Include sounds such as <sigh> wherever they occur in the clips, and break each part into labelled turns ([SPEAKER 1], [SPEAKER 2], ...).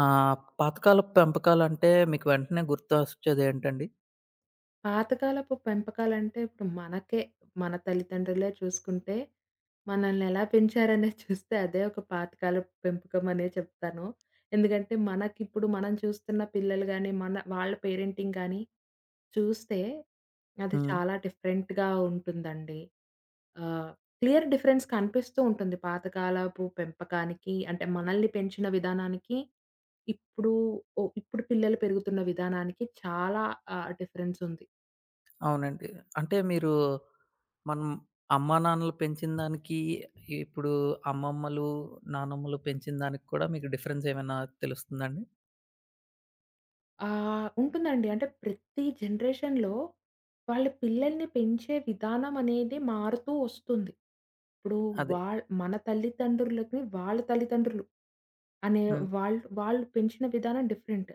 [SPEAKER 1] ఆ! పాతకాలపు పెంపకాలంటే మీకు వెంటనే గుర్తొచ్చేదేంటండి?
[SPEAKER 2] పాతకాలపు పెంపకాలంటే ఇప్పుడు మనకే, మన తల్లిదండ్రులే చూసుకుంటే, మనల్నెలా పెంచారనేది <laughs> చూస్తే అదే ఒక పాతకాలపు పెంపకం అనే చెప్తాను. ఎందుకంటే మనకిప్పుడు మనం చూస్తున్న పిల్లలు గాని, మన వాళ్ళ పేరెంటింగ్ గాని చూస్తే అది
[SPEAKER 1] హ్మ్.
[SPEAKER 2] చాలా డిఫరెంట్‌గా ఉంటుందండి. ఆహ్, క్లియర్ డిఫరెన్స్ కనిపిస్తూ ఉంటుంది. పాతకాలపు పెంపకానికి అంటే మనల్ని పెంచిన విధానానికి, ఇప్పుడు ఇప్పుడు పిల్లలు పెరుగుతున్న విధానానికి చాలా డిఫరెన్స్ ఉంది.
[SPEAKER 1] అవునండి. అంటే మీరు, మనం అమ్మా నాన్నలు పెంచిన దానికి, ఇప్పుడు అమ్మమ్మలు, నానమ్మలు పెంచిన దానికి కూడా మీకు డిఫరెన్స్ ఏమైనా తెలుస్తుందండి?
[SPEAKER 2] ఉంటుందండి. అంటే ప్రతి జనరేషన్‌లో వాళ్ళ పిల్లల్ని పెంచే విధానం అనేది మారుతూ వస్తుంది. ఇప్పుడు
[SPEAKER 1] అదే.
[SPEAKER 2] మన తల్లిదండ్రులకి వాళ్ళ తల్లిదండ్రులు అనే
[SPEAKER 1] హ్మ్.
[SPEAKER 2] వాళ్ళు వాళ్ళు పెంచిన విధానం డిఫరెంట్.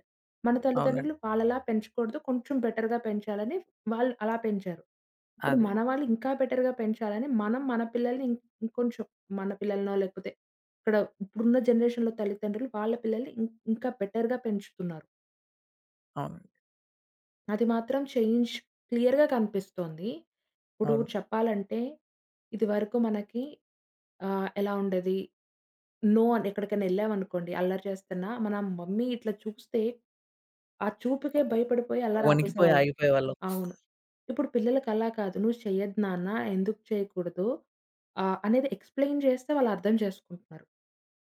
[SPEAKER 2] మన
[SPEAKER 1] అవునండి.
[SPEAKER 2] తల్లిదండ్రులు వాళ్ళలా పెంచకూడదు, కొంచెం బెటర్‌గా పెంచాలని వాళ్ళు అలా పెంచారు. ఇప్పుడు
[SPEAKER 1] అదే.
[SPEAKER 2] మన వాళ్ళు ఇంకా బెటర్‌గా పెంచాలని మనం మన పిల్లల్ని ఇంకొంచెం మన పిల్లలనో లేకపోతే ఇక్కడ ఇప్పుడున్న జనరేషన్‌లో తల్లిదండ్రులు వాళ్ళ పిల్లల్ని ఇంకా బెటర్‌గా పెంచుతున్నారు.
[SPEAKER 1] అవునండి.
[SPEAKER 2] అది మాత్రం చేంజ్ క్లియర్‌గా కనిపిస్తోంది. ఇప్పుడు
[SPEAKER 1] అవును.
[SPEAKER 2] చెప్పాలంటే, ఇదివరకు మనకి ఎలా ఉండేది? నో అని ఎక్కడికైనా ఎళ్ళామనుకోండి, అల్లరి చేస్తున్నా, మన మమ్మీ ఇట్లా చూస్తే, ఆ చూపుకే
[SPEAKER 1] ఒ,
[SPEAKER 2] భయపడిపోయి అల్లరి
[SPEAKER 1] వణికిపోయి
[SPEAKER 2] ఆపేసేవాళ్ళం.
[SPEAKER 1] ఆగిపోయేవాళ్ళం.
[SPEAKER 2] అవును. ఇప్పుడు పిల్లలకి అలా కాదు. "నువ్వు చెయ్యొద్దు నాన్న, ఎందుకు చేయకూడదు?" అనేది ఎక్స్‌ప్లెయిన్ చేస్తే వాళ్ళు అర్థం చేసుకుంటున్నారు.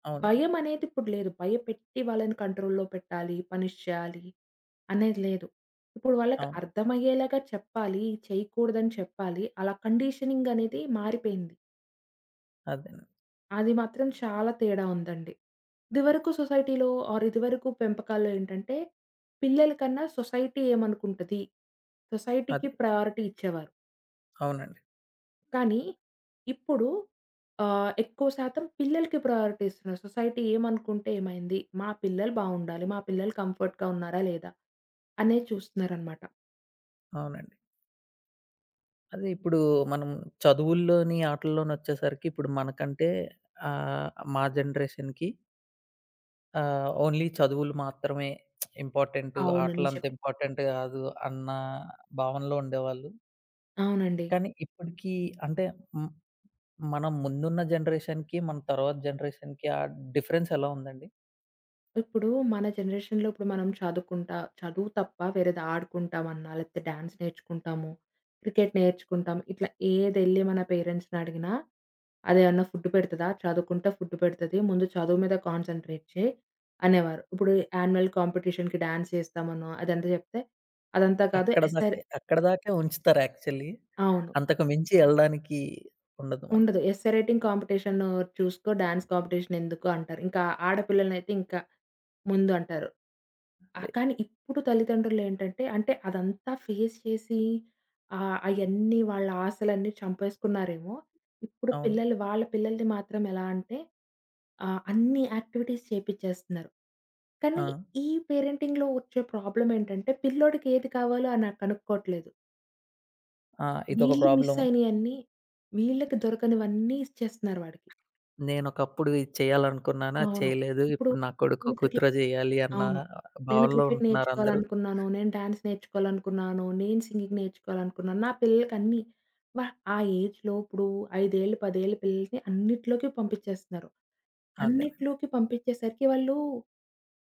[SPEAKER 1] అవునండి.
[SPEAKER 2] భయం అనేది ఇప్పుడు లేదు. భయపెట్టి వాళ్ళని కంట్రోల్‌లో పెట్టాలి, పనిష్ చేయాలి అనేది లేదు. ఇప్పుడు వాళ్ళకి
[SPEAKER 1] అవును.
[SPEAKER 2] అర్థమయ్యేలాగా చెప్పాలి, చేయకూడదని చెప్పాలి. అలా కండిషనింగ్ అనేది మారిపోయింది.
[SPEAKER 1] అదేనండి.
[SPEAKER 2] అది మాత్రం చాలా తేడా ఉందండి. ఇదివరకు సొసైటీలో ఆర్ ఇదివరకు పెంపకాల్లో ఏంటంటే, పిల్లల కన్నా సొసైటీ ఏమనుకుంటది? సొసైటీకి
[SPEAKER 1] అదే.
[SPEAKER 2] ప్రయారిటీ ఇచ్చేవారు.
[SPEAKER 1] అవునండి.
[SPEAKER 2] కానీ ఇప్పుడు ఎక్కువ శాతం పిల్లలకి ప్రయారిటీ ఇస్తున్నారు. సొసైటీ ఏమనుకుంటే ఏమైంది? మా పిల్లలు బావుండాలి. మా పిల్లలు కంఫర్ట్‌గా ఉన్నారా లేదా? అనేది చూస్తున్నారనమాట.
[SPEAKER 1] అవునండి. అదే ఇప్పుడు మనం చదువుల్లోని, ఆటల్లోనొచ్చేసరికి ఇప్పుడు మనకంటే, మా జనరేషన్‌కి ఓన్లీ చదువులు మాత్రమే ఇంపార్టెంటు.
[SPEAKER 2] అవును,
[SPEAKER 1] ఆటలంత
[SPEAKER 2] నిజమే.
[SPEAKER 1] ఇంపార్టెంట్ కాదు అన్న భావనలో ఉండేవాళ్ళు.
[SPEAKER 2] అవునండి.
[SPEAKER 1] కానీ ఇప్పటికి, అంటే, హ్మ్, మనం ముందున్న జనరేషన్‌కి, మన తర్వాత జనరేషన్‌కి ఆ డిఫరెన్స్ ఎలా ఉందండి?
[SPEAKER 2] ఇప్పుడు మన జనరేషన్‌లో ఇప్పుడు మనం చదువు తప్ప వేరేది ఆడుకుంటామన్నా, లేకపోతే డాన్స్ నేర్చుకుంటాము, క్రికెట్ నేర్చుకుంటాం. ఇట్లా ఏదెళ్లి మన పేరెంట్స్‌ని అడిగినా, అదేమన్నా ఫుడ్ పెడతదా? చదువుకుంటే ఫుడ్ పెడతది. ముందు చదువు మీద కాన్సంట్రేట్ చేయి అనేవారు. ఇప్పుడు యాన్యువల్ కాంపిటీషన్‌కి డాన్స్ చేస్తామనో, అదంతా చెప్తే, అదంతా కాదు
[SPEAKER 1] అక్కడ
[SPEAKER 2] ఎస్సే
[SPEAKER 1] దాకే అక్కడ దాకే ఉంచుతారు యాక్చువల్లీ.
[SPEAKER 2] అవును.
[SPEAKER 1] అంతకు మించి ఎళ్ళడానికి ఉండదు మనకి.
[SPEAKER 2] ఉండదు. ఎస్సే రైటింగ్ కాంపిటీషన్ చూసుకో, డాన్స్ కాంపిటీషన్ ఎందుకు అంటారు. ఇంకా ఆడపిల్లలనైతే ఇంకా ముందు అంటారు.
[SPEAKER 1] అదే.
[SPEAKER 2] కానీ ఇప్పుడు తల్లిదండ్రులేంటంటే అంటే అదంతా ఫేస్ చేసి అయన్నీ వాళ్ళ ఆశలన్నీ చంపేసుకున్నారేమో! ఇప్పుడు
[SPEAKER 1] అవును.
[SPEAKER 2] పిల్లలు వాళ్ళ పిల్లల్ని మాత్రం ఎలా అంటే అన్ని యాక్టివిటీస్ చేపిచ్చేస్తున్నారు.
[SPEAKER 1] ఆ!
[SPEAKER 2] కానీ ఈ పేరెంటింగ్‌లో వచ్చే ప్రాబ్లమ్ ఏంటంటే పిల్లోడికి ఏది కావాలో అని నాకు కనుక్కోవట్లేదు.
[SPEAKER 1] ఆ! ఇదొక
[SPEAKER 2] వీళ్ళు మిస్
[SPEAKER 1] ప్రాబ్లమ్.
[SPEAKER 2] అయినయన్నీ వీళ్ళకి దొరకనివన్నీ ఇచ్చేస్తున్నారు వాడికి.
[SPEAKER 1] నేనొకప్పుడు ఇది చేయాలనుకున్నాను. అది
[SPEAKER 2] అవును.
[SPEAKER 1] చేయలేదు.
[SPEAKER 2] ఇప్పుడు
[SPEAKER 1] ఇప్పుడు నా కొడుకో,
[SPEAKER 2] నేను క్రికెట్
[SPEAKER 1] కూతురో చేయాలి అన్న
[SPEAKER 2] అవును. నేను
[SPEAKER 1] భావనలో
[SPEAKER 2] క్రికెట్
[SPEAKER 1] ఉంటున్నారు అందరూ.
[SPEAKER 2] నేర్చుకోవాలనుకున్నాను, నేను డాన్స్ నేర్చుకోవాలనుకున్నాను, నేను సింగింగ్ నేర్చుకోవాలనుకున్నాను. నా పిల్లలకన్నీ వ ఆ ఏజ్‌లో ఇప్పుడు 5 ఏళ్ళు, 10 ఏళ్ళ పిల్లల్ని అన్నిట్లోకి పంపించేస్తున్నారు.
[SPEAKER 1] అదేనండి.
[SPEAKER 2] అన్నిట్లోకి పంపించేసరికి వాళ్ళు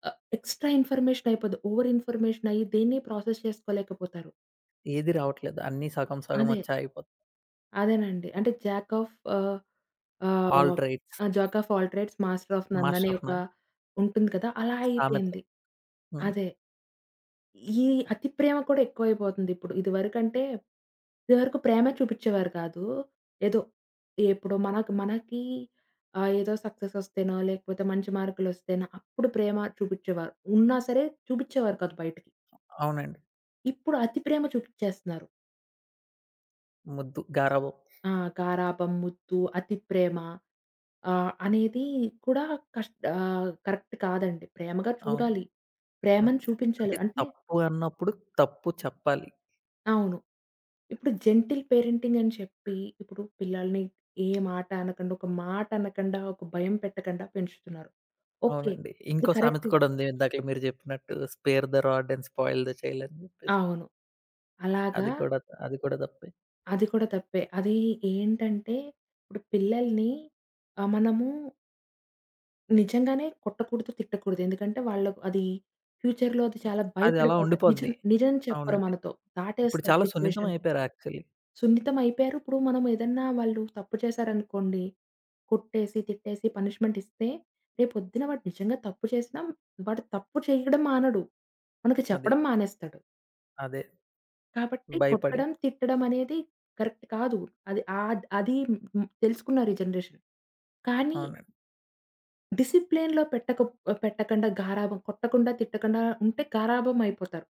[SPEAKER 2] ఎక్స్‌ట్రా ఇన్ఫర్మేషన్ అయిపోద్ది. ఓవర్ ఇన్ఫర్మేషన్ అయ్యి దేన్ని ప్రాసెస్ చేసుకోలేకపోతారు.
[SPEAKER 1] ఏది రావట్లేదు. అన్నీ సగం సగం
[SPEAKER 2] అదే.
[SPEAKER 1] వచ్చి ఆగిపోతున్నాయి.
[SPEAKER 2] అదేనండి. అంటే జాక్ ఆఫ్ ఆహ్, ఆహ్,
[SPEAKER 1] all traits,
[SPEAKER 2] ah! Jack of all trades master of none అనే
[SPEAKER 1] మాస్టర్ ఆఫ్
[SPEAKER 2] ఒక
[SPEAKER 1] నన్,
[SPEAKER 2] ఉంటుంది కదా! అలా
[SPEAKER 1] సామెత.
[SPEAKER 2] అయిపోయింది.
[SPEAKER 1] హ్మ్.
[SPEAKER 2] అదే. ఈ అతి ప్రేమ కూడా ఎక్కువైపోతుందిప్పుడు. ఇదివరకంటే, ఇదివరకు ప్రేమే చూపిచ్చేవారు కాదు. ఏదో ఎప్పుడో మనకి ఏదో సక్సెస్ ఒస్తేనో, లేకపోతే మంచి మార్కులొస్తేనో అప్పుడు ప్రేమ చూపిచ్చేవారు. ఉన్నా సరే చూపిచ్చేవారు కాదు బయటికి.
[SPEAKER 1] అవునండి.
[SPEAKER 2] ఇప్పుడు అతి ప్రేమ చూపిచ్చేస్తున్నారు.
[SPEAKER 1] ముద్దు, గారాబం.
[SPEAKER 2] ఆ! గారాబం, ముద్దు, అతి ప్రేమ అనేది కూడా కరెక్ట్ కాదండి. ప్రేమగా
[SPEAKER 1] అవును.
[SPEAKER 2] చూడాలి,
[SPEAKER 1] హ్మ్.
[SPEAKER 2] ప్రేమను చూపించాలి.
[SPEAKER 1] అంటే
[SPEAKER 2] అంటే
[SPEAKER 1] తప్పు అన్నప్పుడు తప్పు చెప్పాలి.
[SPEAKER 2] అవును. ఇప్పుడు జెంటిల్ పేరెంటింగ్ అని చెప్పి, ఇప్పుడు పిల్లల్ని ఏ మాట అనకుండా, ఒక మాట అనకుండా, ఒక భయం పెట్టకుండా పెంచుతున్నారు. ఓకే.
[SPEAKER 1] అవునండి.
[SPEAKER 2] అది
[SPEAKER 1] ఇంకో సామెత
[SPEAKER 2] కరెక్ట్.
[SPEAKER 1] కూడా ఉంది. ఇందాక మీరు చెప్పినట్టు spare the rod and spoil the child అని చెప్పేసి.
[SPEAKER 2] అవును. అలాగా
[SPEAKER 1] అది కూడా అది కూడా తప్పే.
[SPEAKER 2] అది కూడా తప్పే. అది ఏంటంటే, ఇప్పుడు పిల్లల్ని మనము నిజంగానే కొట్టకూడదు, తిట్టకూడదు. ఎందుకంటే, వాళ్ళకు అది ఫ్యూచర్‌లో అది చాలా
[SPEAKER 1] అది అలా
[SPEAKER 2] భయపడిపోతారు. నిజం
[SPEAKER 1] ఉండిపోద్ది.
[SPEAKER 2] నిజం చెప్పరు
[SPEAKER 1] అవునండి.
[SPEAKER 2] మనతో.
[SPEAKER 1] ఇప్పుడు
[SPEAKER 2] దాటేస్తారు
[SPEAKER 1] చాలా సున్నితం
[SPEAKER 2] సిట్యుయేషన్.
[SPEAKER 1] అయిపోయారు యాక్చువల్లీ.
[SPEAKER 2] సున్నితం అయిపోయారు. ఇప్పుడు మనం ఏదన్నా వాళ్ళు తప్పు చేశారనుకోండి, కొట్టేసి, తిట్టేసి పనిష్మెంట్ ఇస్తే, రేపొద్దున వాడు నిజంగా తప్పు చేసినా వాడు తప్పు చేయడం మానడు, మనకు
[SPEAKER 1] అది.
[SPEAKER 2] చెప్పడం మానేస్తాడు.
[SPEAKER 1] అదే.
[SPEAKER 2] కాబట్టి
[SPEAKER 1] భయపడి.
[SPEAKER 2] కొట్టడం, తిట్టడం అనేది కరెక్ట్ కాదు. అది ఆద్ అది మ్- తెలుసుకున్నారు ఈ జనరేషన్. కానీ
[SPEAKER 1] అవునండి.
[SPEAKER 2] డిసిప్లిన్‌లో పెట్టక పెట్టకుండా గారాబం కొట్టకుండా, తిట్టకుండా ఉంటే గారాబం అయిపోతారు.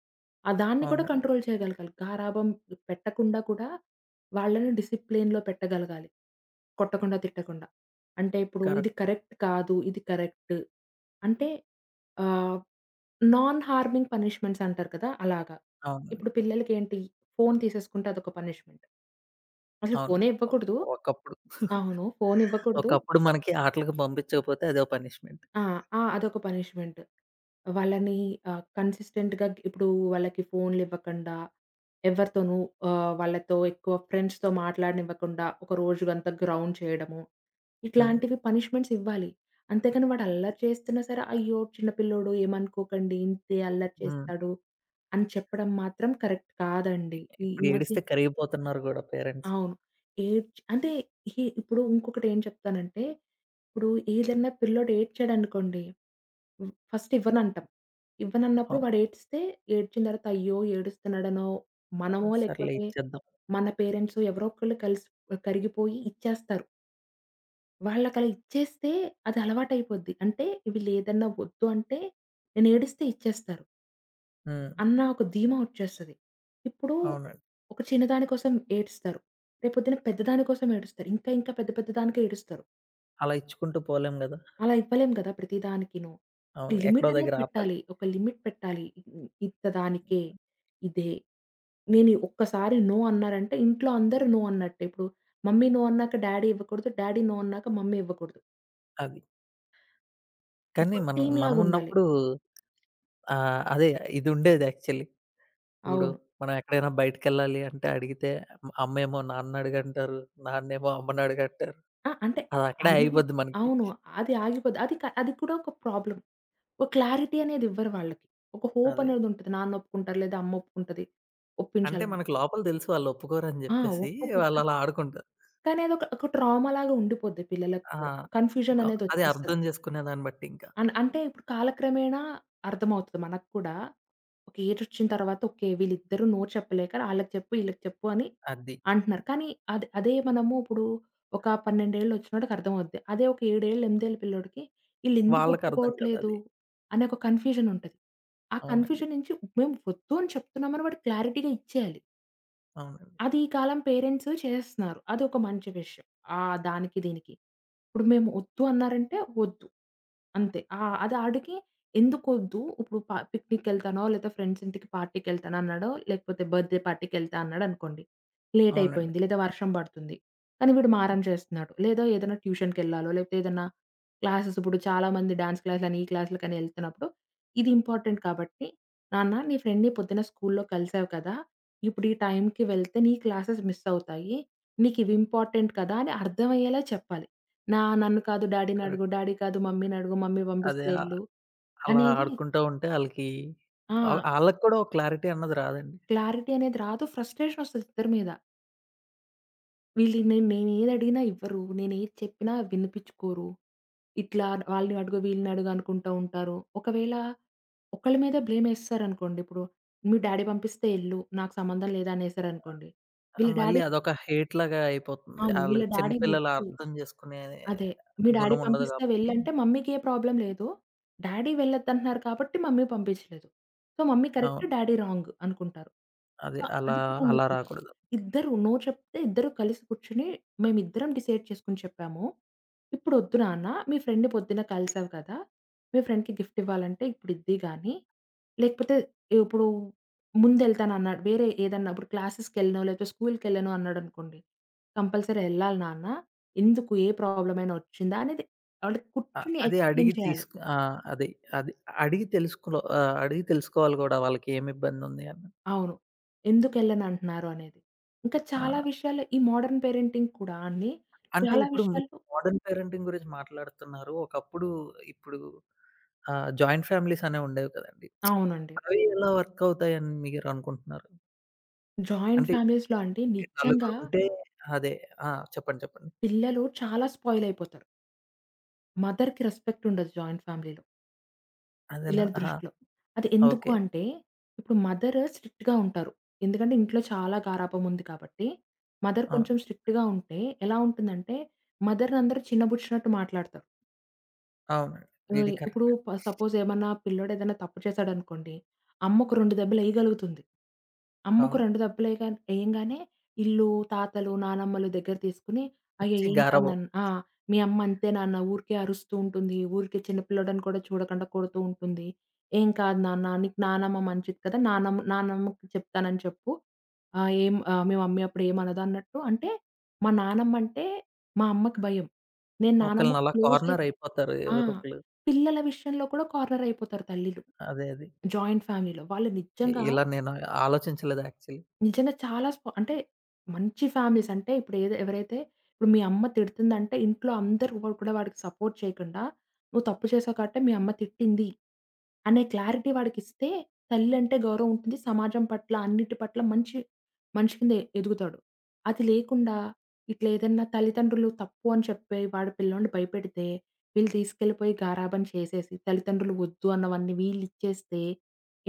[SPEAKER 2] ఆ! దాన్ని కూడా
[SPEAKER 1] అవునండి.
[SPEAKER 2] కంట్రోల్ చేయగలగాలి. గారాబం పెట్టకుండా కూడా వాళ్ళని డిసిప్లిన్‌లో పెట్టగలగాలి, కొట్టకుండా, తిట్టకుండా. అంటే ఇప్పుడు ఇది
[SPEAKER 1] కరెక్ట్.
[SPEAKER 2] కరెక్ట్ కాదు, ఇది కరెక్ట్. అంటే ఆహ్, నాన్ హార్మింగ్ పనిష్మెంట్స్ అంటారు కదా! అలాగా.
[SPEAKER 1] అవునండి.
[SPEAKER 2] ఇప్పుడు పిల్లలకేంటి ఫోను తీసేసుకుంటే అదొక పనిష్మెంట్. అసలు
[SPEAKER 1] అవును.
[SPEAKER 2] ఫోనే ఇవ్వకూడదు.
[SPEAKER 1] ఒకప్పుడు
[SPEAKER 2] అవును, ఫోను ఇవ్వకూడదు.
[SPEAKER 1] ఒకప్పుడు మనకి ఆటలకి పంపించకపోతే అదో పనిష్మెంట్.
[SPEAKER 2] ఆ! ఆ! అదొక పనిష్మెంట్. వాళ్ళని కన్సిస్టెంట్‌గా ఇప్పుడు వాళ్ళకి ఫోన్‌లివ్వకండా, ఎవరితోనూ వాళ్ళతో ఎక్కువ ఫ్రెండ్స్‌తో మాట్లాడనివ్వకుండా, ఒక రోజుగంతా గ్రౌండ్ చేయడము.
[SPEAKER 1] హ్మ్.
[SPEAKER 2] ఇట్లాంటివి పనిష్మెంట్స్ ఇవ్వాలి. అంతేకాని వాడు అల్లరి చేస్తున్నా సరే, "అయ్యో! చిన్న పిల్లోడు ఏమనుకోకండి, ఇంతే అల్లరి
[SPEAKER 1] హ్మ్.
[SPEAKER 2] చేస్తాడు" అని చెప్పడం మాత్రం కరెక్ట్ కాదండి. ఈ ఈ
[SPEAKER 1] ఇప్పుడు
[SPEAKER 2] మధ్య
[SPEAKER 1] ఏడిస్తే కరిగిపోతున్నారు గూడా పేరెంట్స్.
[SPEAKER 2] అవును. ఏడ్చ్ అంటే, ఇహి ఇప్పుడు ఇంకొకటేం చెప్తానంటే, ఇప్పుడు ఏదన్నా పిల్లోడు ఏడ్చాడనుకోండి. హ్మ్. ఫస్ట్ ఇవ్వనంటాం. ఇవ్వనన్నప్పుడు
[SPEAKER 1] అవును.
[SPEAKER 2] వాడేడిస్తే, ఏడ్చిన తర్వాత అయ్యో! ఏడుస్తున్నాడనో, మనమో
[SPEAKER 1] సర్లే
[SPEAKER 2] లేకపోతే
[SPEAKER 1] ఇచ్చేద్దాం.
[SPEAKER 2] మన పేరెంట్సో ఎవరో ఒకళ్ళు కలిసి కరిగిపోయి ఇచ్చేస్తారు. వాళ్ళకలా ఇచ్చేస్తే అది అలవాటయిపోద్ది. అంటే వీళ్ళేదన్నా వద్దు అంటే నేనేడిస్తే ఇచ్చేస్తారు
[SPEAKER 1] హ్మ్.
[SPEAKER 2] అన్న ఒక ధీమా వచ్చేస్తది. ఇప్పుడు
[SPEAKER 1] అవునండి.
[SPEAKER 2] ఒక చిన్నదాని కోసం ఏడుస్తారు, రేపొద్దున పెద్దదాని కోసం ఏడుస్తారు, ఇంకా ఇంకా పెద్ద పెద్ద దానికే ఏడుస్తారు.
[SPEAKER 1] అలా ఇచ్చుకుంటూ పోలేం గదా!
[SPEAKER 2] అలా ఇవ్వలేం గదా ప్రతి దానికిను. ఒక
[SPEAKER 1] అవును.
[SPEAKER 2] లిమిట్
[SPEAKER 1] ఎక్కడో
[SPEAKER 2] అనేది
[SPEAKER 1] దగ్గర ఆపాలి.
[SPEAKER 2] పెట్టాలి, ఒక లిమిట్ పెట్టాలి. ఇ ఇంతదానికే ఇదే. నేను ఈ ఒక్కసారి నో అన్నారంటే ఇంట్లో అందరూ నో అన్నట్టే. ఇప్పుడు మమ్మీ నో అన్నాక డ్యాడీ ఇవ్వకూడదు, డ్యాడీ నో అన్నాక మమ్మీ ఇవ్వకూడదు.
[SPEAKER 1] అది. కానీ
[SPEAKER 2] ఇంకో
[SPEAKER 1] మనం
[SPEAKER 2] టీమ్‌లాగా ఉండాలి.
[SPEAKER 1] మనమున్నప్పుడు, అదే ఇదుండేది యాక్చువల్లీ. ఇప్పుడు
[SPEAKER 2] అవును.
[SPEAKER 1] మనం ఎక్కడైనా బయటికెళ్ళాలి అంటే అడిగితే, అమ్మేమో నాన్నని అడుగంటారు. నాన్నేమో అమ్మని అడుగంటారు.
[SPEAKER 2] ఆ! అంటే
[SPEAKER 1] అదక్కడే
[SPEAKER 2] అడుగు
[SPEAKER 1] ఆగిపోద్ది మనకి.
[SPEAKER 2] అవును. అది ఆగిపోద్ది. అది కూడా ఒక ప్రాబ్లమ్. ఒక క్లారిటీ అనేది ఇవ్వరు వాళ్ళకి. ఒక హోప్
[SPEAKER 1] అదే.
[SPEAKER 2] అనేది ఉంటది, నాన్న ఒప్పుకుంటారు లేదా అమ్మ ఒప్పుకుంటది,
[SPEAKER 1] అంటే
[SPEAKER 2] ఒప్పించాలని.
[SPEAKER 1] మనకు లోపల తెలుసు వాళ్ళొప్పుకోరని
[SPEAKER 2] ఆ!
[SPEAKER 1] జెప్పేసి,
[SPEAKER 2] ఒప్పుకోరు.
[SPEAKER 1] వాళ్ళలా ఆడుకుంటారు.
[SPEAKER 2] కానీ అదొక ట్రామాలాగా ఉండిపోద్ది పిల్లలకి
[SPEAKER 1] ఆ!
[SPEAKER 2] కూడా.
[SPEAKER 1] క
[SPEAKER 2] కన్‌ఫ్యూజన్
[SPEAKER 1] అది
[SPEAKER 2] అనేదొచ్చేస్తది.
[SPEAKER 1] అర్థం జేసుకునే దాన్ని బట్టి ఇంకా.
[SPEAKER 2] అన్ అంటే ఇప్పుడు కాలక్రమేణా అర్థమవుతది మనకు కూడా. ఒక ఏజొచ్చిన తర్వాత ఓకే, వీళ్ళిద్దరూ నో చెప్పలేక ఆళ్ళకి చెప్పు, ఈళ్ళకి చెప్పు అని
[SPEAKER 1] అది.
[SPEAKER 2] అంటున్నారు. కానీ అది అదే మనము ఇప్పుడు ఒక 12 ఏళ్లొచ్చినోడికి అర్థమవుద్ది. అదే ఒక 7 ఏళ్ళు, 8 ఏళ్ల పిల్లోడికి ఈళ్ళెందుకు
[SPEAKER 1] వాళ్ళకర్థం
[SPEAKER 2] ఒప్పుకోవట్లేదు
[SPEAKER 1] కాదది.
[SPEAKER 2] అనే ఒక కన్‌ఫ్యూజన్ ఉంటది. ఆ
[SPEAKER 1] అవునండి.
[SPEAKER 2] కన్‌ఫ్యూజన్ నుంచి మేము వద్దు అని చెప్తున్నామని వాడికి క్లారిటీగా ఇచ్చేయాలి.
[SPEAKER 1] అవునండి.
[SPEAKER 2] అది ఈ కాలం పేరెంట్స్ చేసేస్తున్నారు. అదొక మంచి విషయం. దానికి, దీనికి. ఇప్పుడు మేము ఒద్దు అన్నారంటే ఒద్దు, అంతే. అది ఆడికి ఎందుకొద్దు? ఇప్పుడు పిక్నిక్‌కెళ్తానో, లేతే ఫ్రెండ్స్ ఇంటికి పార్టీకెళ్తాను అన్నాడో, లేకపోతే బర్త్‌డే పార్టీకెళ్తా అన్నాడనుకోండి, లేట్
[SPEAKER 1] అవునండి.
[SPEAKER 2] అయిపోయింది లేదా వర్షం పడుతుంది. కానీ వీడు మారం చేస్తున్నాడు. లేదా ఏదైనా ట్యూషన్‌కెళ్ళాలో, లేకపోతే ఏదన్నా క్లాసెస్, ఇప్పుడు చాలామంది డాన్స్ క్లాసులని, ఈ క్లాసులకని ఎళ్తున్నప్పుడు ఇది ఇంపార్టెంట్ కాబట్టి, "నాన్న నీ ఫ్రెండ్‌ని పొద్దున స్కూల్లో కలిసావు కదా! ఇప్పుడు ఈ టైంకి వెళ్తే నీ క్లాసెస్ మిస్ అవుతాయి. నీకివి ఇంపార్టెంట్ కదా!" అని అర్థమయ్యేలా చెప్పాలి. నన్ను కాదు డ్యాడీనడుగు,
[SPEAKER 1] కరెక్ట్.
[SPEAKER 2] డ్యాడీ కాదు మమ్మీనడుగు, మమ్మీ
[SPEAKER 1] అదే.
[SPEAKER 2] పంపిస్తే ఎళ్ళు
[SPEAKER 1] అలా
[SPEAKER 2] అనేది
[SPEAKER 1] ఆడుకుంటా ఉంటే ఆళ్ళకి,
[SPEAKER 2] ఆ!
[SPEAKER 1] ఆళ్ళకి కూడా ఒక క్లారిటీ అన్నది రాదండి.
[SPEAKER 2] క్లారిటీ అనేది రాదు. ఫ్రస్ట్రేషనొస్తది ఇద్దరి మీద. వీళ్ళు నేనేదడిగినా ఇవ్వరు, నేనేది చెప్పినా వినిపించుకోరు. ఇట్లా వాళ్ళని అడుగు, వీళ్ళని అడుగు అనుకుంటా ఉంటారు. ఒకవేళ ఒకళ్ళ మీద బ్లేమేసేసారనుకోండి ఇప్పుడు, మీ డ్యాడీ పంపిస్తే ఎళ్ళు, నాకు సంబంధం లేదనేసారనుకోండి. వీళ్ళ
[SPEAKER 1] మళ్ళీ
[SPEAKER 2] డ్యాడీ
[SPEAKER 1] అదొక హేట్‌లాగా అయిపోతుంది.
[SPEAKER 2] అవును.
[SPEAKER 1] ఆళ్ళు
[SPEAKER 2] వీళ్ళ
[SPEAKER 1] చిన్న
[SPEAKER 2] డ్యాడీ
[SPEAKER 1] పిల్లలు
[SPEAKER 2] ఒద్దు
[SPEAKER 1] అర్థం జేసుకునే
[SPEAKER 2] అదే. మీ డ్యాడీ
[SPEAKER 1] గుణం ఉండదు
[SPEAKER 2] పంపిస్తే
[SPEAKER 1] గాబట్టి.
[SPEAKER 2] వెళ్ళంటే మమ్మీకి ఏ ప్రాబ్లమ్ లేదు, డ్యాడీ వెళ్ళొద్దంటున్నారు కాబట్టి మమ్మీ పంపించలేదు. సో, మమ్మీ కరెక్ట్,
[SPEAKER 1] అవును.
[SPEAKER 2] డ్యాడీ రాంగ్ అనుకుంటారు. సో,
[SPEAKER 1] అదే. అలా,
[SPEAKER 2] అది కూడా
[SPEAKER 1] అలా
[SPEAKER 2] ఉండకూడదు.
[SPEAKER 1] రాకూడదు.
[SPEAKER 2] ఇద్దరు నో చెప్తే ఇద్దరు కలిసి కూర్చొని మేమిద్దరం డిసైడ్ చేసుకొని చెప్పాము. "ఇప్పుడొద్దు నాన్న, మీ ఫ్రెండ్‌ని పొద్దున్న కలిసావు కదా! మీ ఫ్రెండ్‌కి గిఫ్ట్ ఇవ్వాలంటే ఇప్పుడు ఇద్ది గానీ, లేకపోతే ఇప్పుడు ముందెళ్తానన్నాడు వేరే ఏదన్నా ఇప్పుడు క్లాసెస్‌కెళ్ళనో లేకపోతే స్కూల్‌కెళ్ళను అన్నాడనుకోండి, కంపల్సరీ ఎళ్ళాలి నాన్న. ఎందుకు? ఏ ప్రాబ్లమయినా ఒచ్చిందా?" అనేది వాళ్ళు కూర్చొని
[SPEAKER 1] అది
[SPEAKER 2] ఎక్స్‌ప్లెయిన్
[SPEAKER 1] అడిగి
[SPEAKER 2] చేయాలి.
[SPEAKER 1] తీసుకు, ఆ! అది. అది అడిగి తెలుసుకో అడిగి తెలుసుకోవాలి గూడా వాళ్ళకి ఏమి ఇబ్బందుంది అని.
[SPEAKER 2] అవును. ఎందుకెళ్ళనంటున్నారు అనేది. ఇంకా చాలా
[SPEAKER 1] ఆ!
[SPEAKER 2] విషయాల్లో ఈ మోడర్న్ పేరెంటింగ్ కూడా అండి,
[SPEAKER 1] అంటే
[SPEAKER 2] చాలా
[SPEAKER 1] ఇప్పుడు
[SPEAKER 2] విషయాల్లో.
[SPEAKER 1] మోడర్న్ పేరెంటింగ్ గురించి మాట్లాడుతున్నారు. ఒకప్పుడు, ఇప్పుడు, జాయింట్ ఫ్యామిలీస్ అనేవి ఉండేవి కదండీ!
[SPEAKER 2] అవునండి.
[SPEAKER 1] అవి ఎలా వర్క్ అవుతాయని మీరనుకుంటున్నారు?
[SPEAKER 2] జాయింట్
[SPEAKER 1] అంటే
[SPEAKER 2] ఫ్యామిలీస్‌లో అండి నిజంగా
[SPEAKER 1] నలుగురుంటే అదే. ఆ! చెప్పండి. చెప్పండి.
[SPEAKER 2] పిల్లలు చాలా స్పాయిలయిపోతారు. మదర్‌కి రెస్పెక్ట్ ఉండదు జాయింట్ ఫ్యామిలీలో,
[SPEAKER 1] అదెలా?
[SPEAKER 2] పిల్లల
[SPEAKER 1] ఆహా!
[SPEAKER 2] దృష్టిలో. అది ఎందుకు
[SPEAKER 1] ఓకే.
[SPEAKER 2] అంటే ఇప్పుడు మదర్ స్ట్రిక్ట్‌గా ఉంటారు. ఎందుకంటే ఇంట్లో చాలా గారాబం ఉంది కాబట్టి మదర్ కొంచెం
[SPEAKER 1] అవును.
[SPEAKER 2] స్ట్రిక్ట్‌గా ఉంటే ఎలా ఉంటుందంటే మదర్‌ని అందరూ చిన్నబుచ్చినట్టు మాట్లాడతారు.
[SPEAKER 1] అవునండి.
[SPEAKER 2] ఓయ్!
[SPEAKER 1] ఇది
[SPEAKER 2] ఇప్పుడు
[SPEAKER 1] కరెక్ట్.
[SPEAKER 2] సపోజ్ ఏమన్నా పిల్లోడు ఏదైనా తప్పు చేశాడనుకోండి, అమ్మకు 2 దెబ్బలేయగలుగుతుంది. అమ్మకు
[SPEAKER 1] అవును.
[SPEAKER 2] 2 దెబ్బలేయగా ఏయంగానే ఈళ్ళు తాతలు, నానమ్మలు దగ్గర తీసుకొని, "అయ్యో!
[SPEAKER 1] పిచ్చి
[SPEAKER 2] ఏంటా
[SPEAKER 1] గారాబం.
[SPEAKER 2] నాన్న!" ఆ! "మీ అమ్మ అంతే నాన్న, ఊరికే అరుస్తూ ఉంటుంది, ఊరికే చిన్న పిల్లోడని కూడా చూడకుండా కొడుతూ ఉంటుంది. ఏం కాదు నాన్న, నీకు నానమ్మ మంచిది కదా! నానమ్మకి చెప్తానని చెప్పు. మీ మమ్మీ అప్పుడు ఏమనదు" అన్నట్టు అంటే మా నానమ్మ అంటే మా అమ్మకి భయం, నేను నానమ్మకి
[SPEAKER 1] ఒకళ్ళనలా
[SPEAKER 2] క్లోజ్
[SPEAKER 1] కార్నర్
[SPEAKER 2] అయితే
[SPEAKER 1] అయిపోతారు
[SPEAKER 2] ఆ!
[SPEAKER 1] ఎవరో ఒకళ్ళు.
[SPEAKER 2] పిల్లల విషయంలో కూడా కార్నర్ అయిపోతారు తల్లులు,
[SPEAKER 1] అదే. అదే.
[SPEAKER 2] జాయింట్ ఫ్యామిలీలో. వాళ్ళు నిజంగా
[SPEAKER 1] ఇలా నేను ఆలోచించలేదు యాక్చువల్లీ.
[SPEAKER 2] నిజంగా చాలా స్పా అంటే మంచి ఫ్యామిలీస్ అంటే ఇప్పుడు ఏదో ఎవరైతే ఇప్పుడు మీ అమ్మ తిడుతుందంటే ఇంట్లో అందరూ కూడా వాడికి సపోర్ట్ చేయకుండా, "నువ్వు తప్పు చేశావు కాబట్టే మీ అమ్మ తిట్టింది" అనే క్లారిటీ వాడికిస్తే తల్లి అంటే గౌరవం ఉంటుంది. సమాజం పట్ల, అన్నిటి పట్ల మంచి మనిషి కింద ఎదుగుతాడు. అది లేకుండా ఇట్లా ఏదన్నా తల్లిదండ్రులు తప్పు అని చెప్పి వాడు పిల్లోడిని భయపెడితే, వీళ్ళు తీసుకెళ్ళిపోయి గారాబం చేసేసి, తల్లిదండ్రులు వద్దు అన్నవన్నీ వీళ్ళిచ్చేస్తే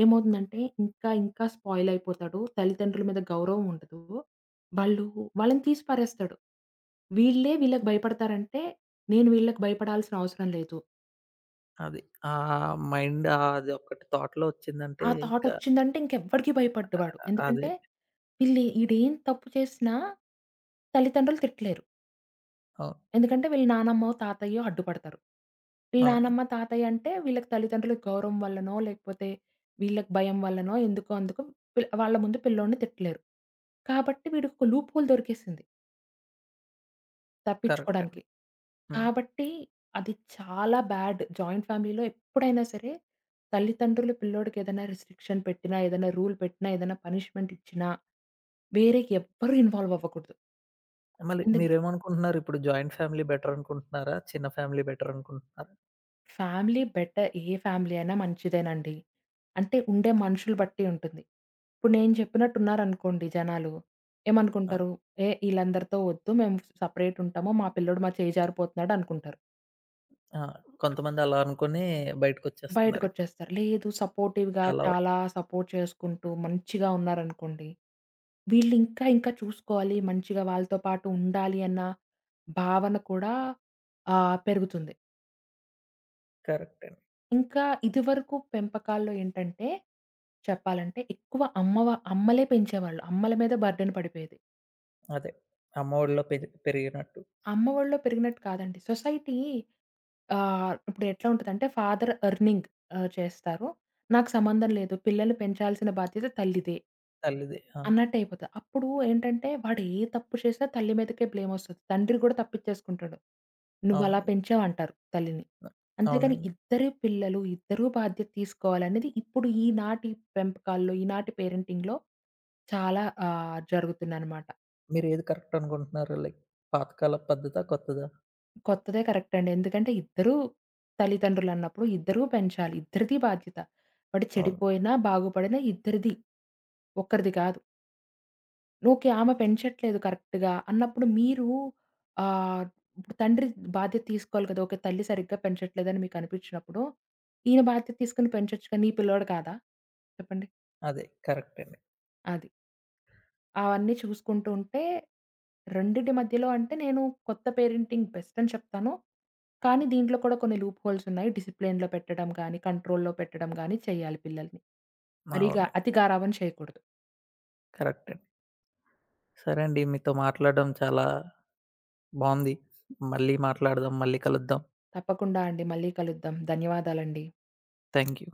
[SPEAKER 2] ఏమవుతుందంటే ఇంకా ఇంకా స్పాయిల్ అయిపోతాడు. తల్లిదండ్రుల మీద గౌరవం ఉండదు. వాళ్ళు వాళ్ళని తీసి పారేస్తాడు. వీళ్ళే వీళ్ళకి భయపడతారంటే, నేను వీళ్ళకి భయపడాల్సిన అవసరం లేదు.
[SPEAKER 1] అది. మైండ్, అది ఒక్కటి థాట్‌లో వచ్చిందంటే
[SPEAKER 2] ఆ థాట్
[SPEAKER 1] ఇక.
[SPEAKER 2] వచ్చిందంటే ఇంకెవ్వడికి భయపడ్డు వాడు.
[SPEAKER 1] అదే.
[SPEAKER 2] ఎందుకంటే వీళ్ళు ఈడేం తప్పు చేసినా తల్లిదండ్రులు తిట్టలేరు.
[SPEAKER 1] అవును.
[SPEAKER 2] ఎందుకంటే వీళ్ళ నానమ్మో, తాతయ్యో అడ్డుపడతారు. వీళ్ళ
[SPEAKER 1] అవును.
[SPEAKER 2] నానమ్మ, తాతయ్య అంటే వీళ్ళకి తల్లిదండ్రుల గౌరవం వల్లనో, లేకపోతే వీళ్ళకి భయం వల్లనో ఎందుకో అందుకో వాళ్ళ ముందు పిల్లోడిని తిట్టలేరు. కాబట్టి వీడికొక లూప్ హోల్ దొరికేసింది
[SPEAKER 1] కరెక్ట్ అండి.
[SPEAKER 2] తప్పించుకోడానికి.
[SPEAKER 1] హ్మ్.
[SPEAKER 2] కాబట్టి అది చాలా బ్యాడ్. జాయింట్ ఫ్యామిలీలో ఎప్పుడైనా సరే తల్లిదండ్రులు పిల్లోడికి ఏదైనా రిస్ట్రిక్షన్ పెట్టినా, ఏదైనా రూల్ పెట్టినా, ఏదైనా పనిష్మెంట్ ఇచ్చినా వేరే ఎవ్వరు ఇన్వాల్వ్ అవ్వకూడదు.
[SPEAKER 1] మళ్ళీ మీరేమనుకుంటున్నారు? ఇప్పుడు జాయింట్ ఫ్యామిలీ బెటర్ అనుకుంటున్నారా? చిన్న ఫ్యామిలీ బెటర్ అనుకుంటున్నారా?
[SPEAKER 2] ఫ్యామిలీ బెటర్ ఏ ఫ్యామిలీ అయినా మంచిదేనండి. అంటే ఉండే మనుషులు బట్టి ఉంటుంది. ఇప్పుడు నేను చెప్పినట్టున్నారనుకోండి జనాలు,
[SPEAKER 1] ఆ!
[SPEAKER 2] ఏమనుకుంటారు? ఈళ్ళందరితో వద్దు మేము సెపరేట్ ఉంటాము, మా పిల్లోడు మా చేయి జారిపోతున్నాడు అనుకుంటారు,
[SPEAKER 1] ఆ! కొంతమంది అలా అనుకుని బయటకొచ్చేస్తున్నారు ఇప్పుడు.
[SPEAKER 2] బయటకొచ్చేస్తారు. లేదు సపోర్టివ్‌గా
[SPEAKER 1] చాలా వరకు.
[SPEAKER 2] చాలా సపోర్ట్ చేసుకుంటూ మంచిగా ఉన్నారనుకోండి, వీళ్ళు ఇంకా ఇంకా చూసుకోవాలి మంచిగా వాళ్ళతో పాటు ఉండాలి అన్న భావన కూడా పెరుగుతుంది.
[SPEAKER 1] కరెక్ట్ అండి.
[SPEAKER 2] ఇంకా ఇదివరకు పెంపకాల్లో ఏంటంటే, చెప్పాలంటే ఎక్కువ అమ్మలే పెంచేవాళ్ళు. అమ్మల మీద బర్డెన్ పడిపోయేది.
[SPEAKER 1] అదే. అమ్మఒడిలో పెరిగినట్టు.
[SPEAKER 2] అమ్మ ఒడిలో పెరిగినట్టు కాదండి. సొసైటీ ఇప్పుడు ఎట్లా ఉంటదంటే ఫాదర్ ఎర్నింగ్ చేస్తారు, నాకు సంబంధం లేదు, పిల్లల్ని పెంచాల్సిన బాధ్యత తల్లిదే
[SPEAKER 1] తల్లిది. ఆ!
[SPEAKER 2] అన్నట్టయిపోతది. అప్పుడు ఏంటంటే వాడు ఏ తప్పు చేసినా తల్లి మీదకే బ్లేమొస్తది, తండ్రి గూడా తప్పిచ్చేసుకుంటాడు, "నువ్వలా
[SPEAKER 1] అవునండి.
[SPEAKER 2] పెంచావంటారు" తల్లిని.
[SPEAKER 1] ఆ!
[SPEAKER 2] అంతేగాని
[SPEAKER 1] అవునండి.
[SPEAKER 2] ఇద్దరి పిల్లలు, ఇద్దరూ బాధ్యత తీసుకోవాలనేది ఇప్పుడు ఈనాటి పెంపకాల్లో, ఈనాటి పేరెంటింగ్‌లో చాలా జరుగుతుందనమాట.
[SPEAKER 1] మీరు ఏది కరెక్ట్ అనుకుంటున్నారు? లైక్, పాతకాలపు పద్ధతా? కొత్తదా?
[SPEAKER 2] కొత్తదే కరెక్ట్ అండి. ఎందుకంటే ఇద్దరూ తల్లిదండ్రులన్నప్పుడు ఇద్దరూ పెంచాలి, ఇద్దరిది బాధ్యత. వాడు
[SPEAKER 1] అవును.
[SPEAKER 2] చెడిపోయినా, బాగుపడినా ఇద్దరిది, ఒక్కరిది కాదు. ఓకే. ఆమె పెంచట్లేదు కరెక్ట్‌గా అన్నప్పుడు మీరు ఆహ్, ఇప్పుడు తండ్రి బాధ్యత తీసుకోవాలి కదా! ఓకే. తల్లి సరిగ్గా పెంచట్లేదని మీకు అనిపించినప్పుడు, ఈయన బాధ్యత తీసుకొని పెంచొచ్చు కదా! నీ పిల్లోడు కాదా? చెప్పండి.
[SPEAKER 1] అదే. కరెక్ట్ అండి.
[SPEAKER 2] అది. అవన్నీ చూసుకుంటూ ఉంటే, రెండిటి మధ్యలో అంటే నేను కొత్త పేరెంటింగ్ బెస్ట్ అని చెప్తాను. కానీ దీంట్లో కూడా కొన్ని లూప్ హోల్స్ ఉన్నాయి. డిసిప్లిన్‌లో పెట్టడం గానీ, కంట్రోల్‌లో పెట్టడం గానీ చేయాలి పిల్లల్ని. మరి ఇగ
[SPEAKER 1] అవును.
[SPEAKER 2] అతి గారాబం చేయకూడదు.
[SPEAKER 1] కరెక్ట్ అండి. సరే అండి. మీతో మాట్లాడడం చాలా బావుంది. మళ్ళీ మాట్లాడదాం. మళ్ళీ కలుద్దాం.
[SPEAKER 2] తప్పకుండా అండి, మళ్ళీ కలుద్దాం. ధన్యవాదాలండి.
[SPEAKER 1] Thank you.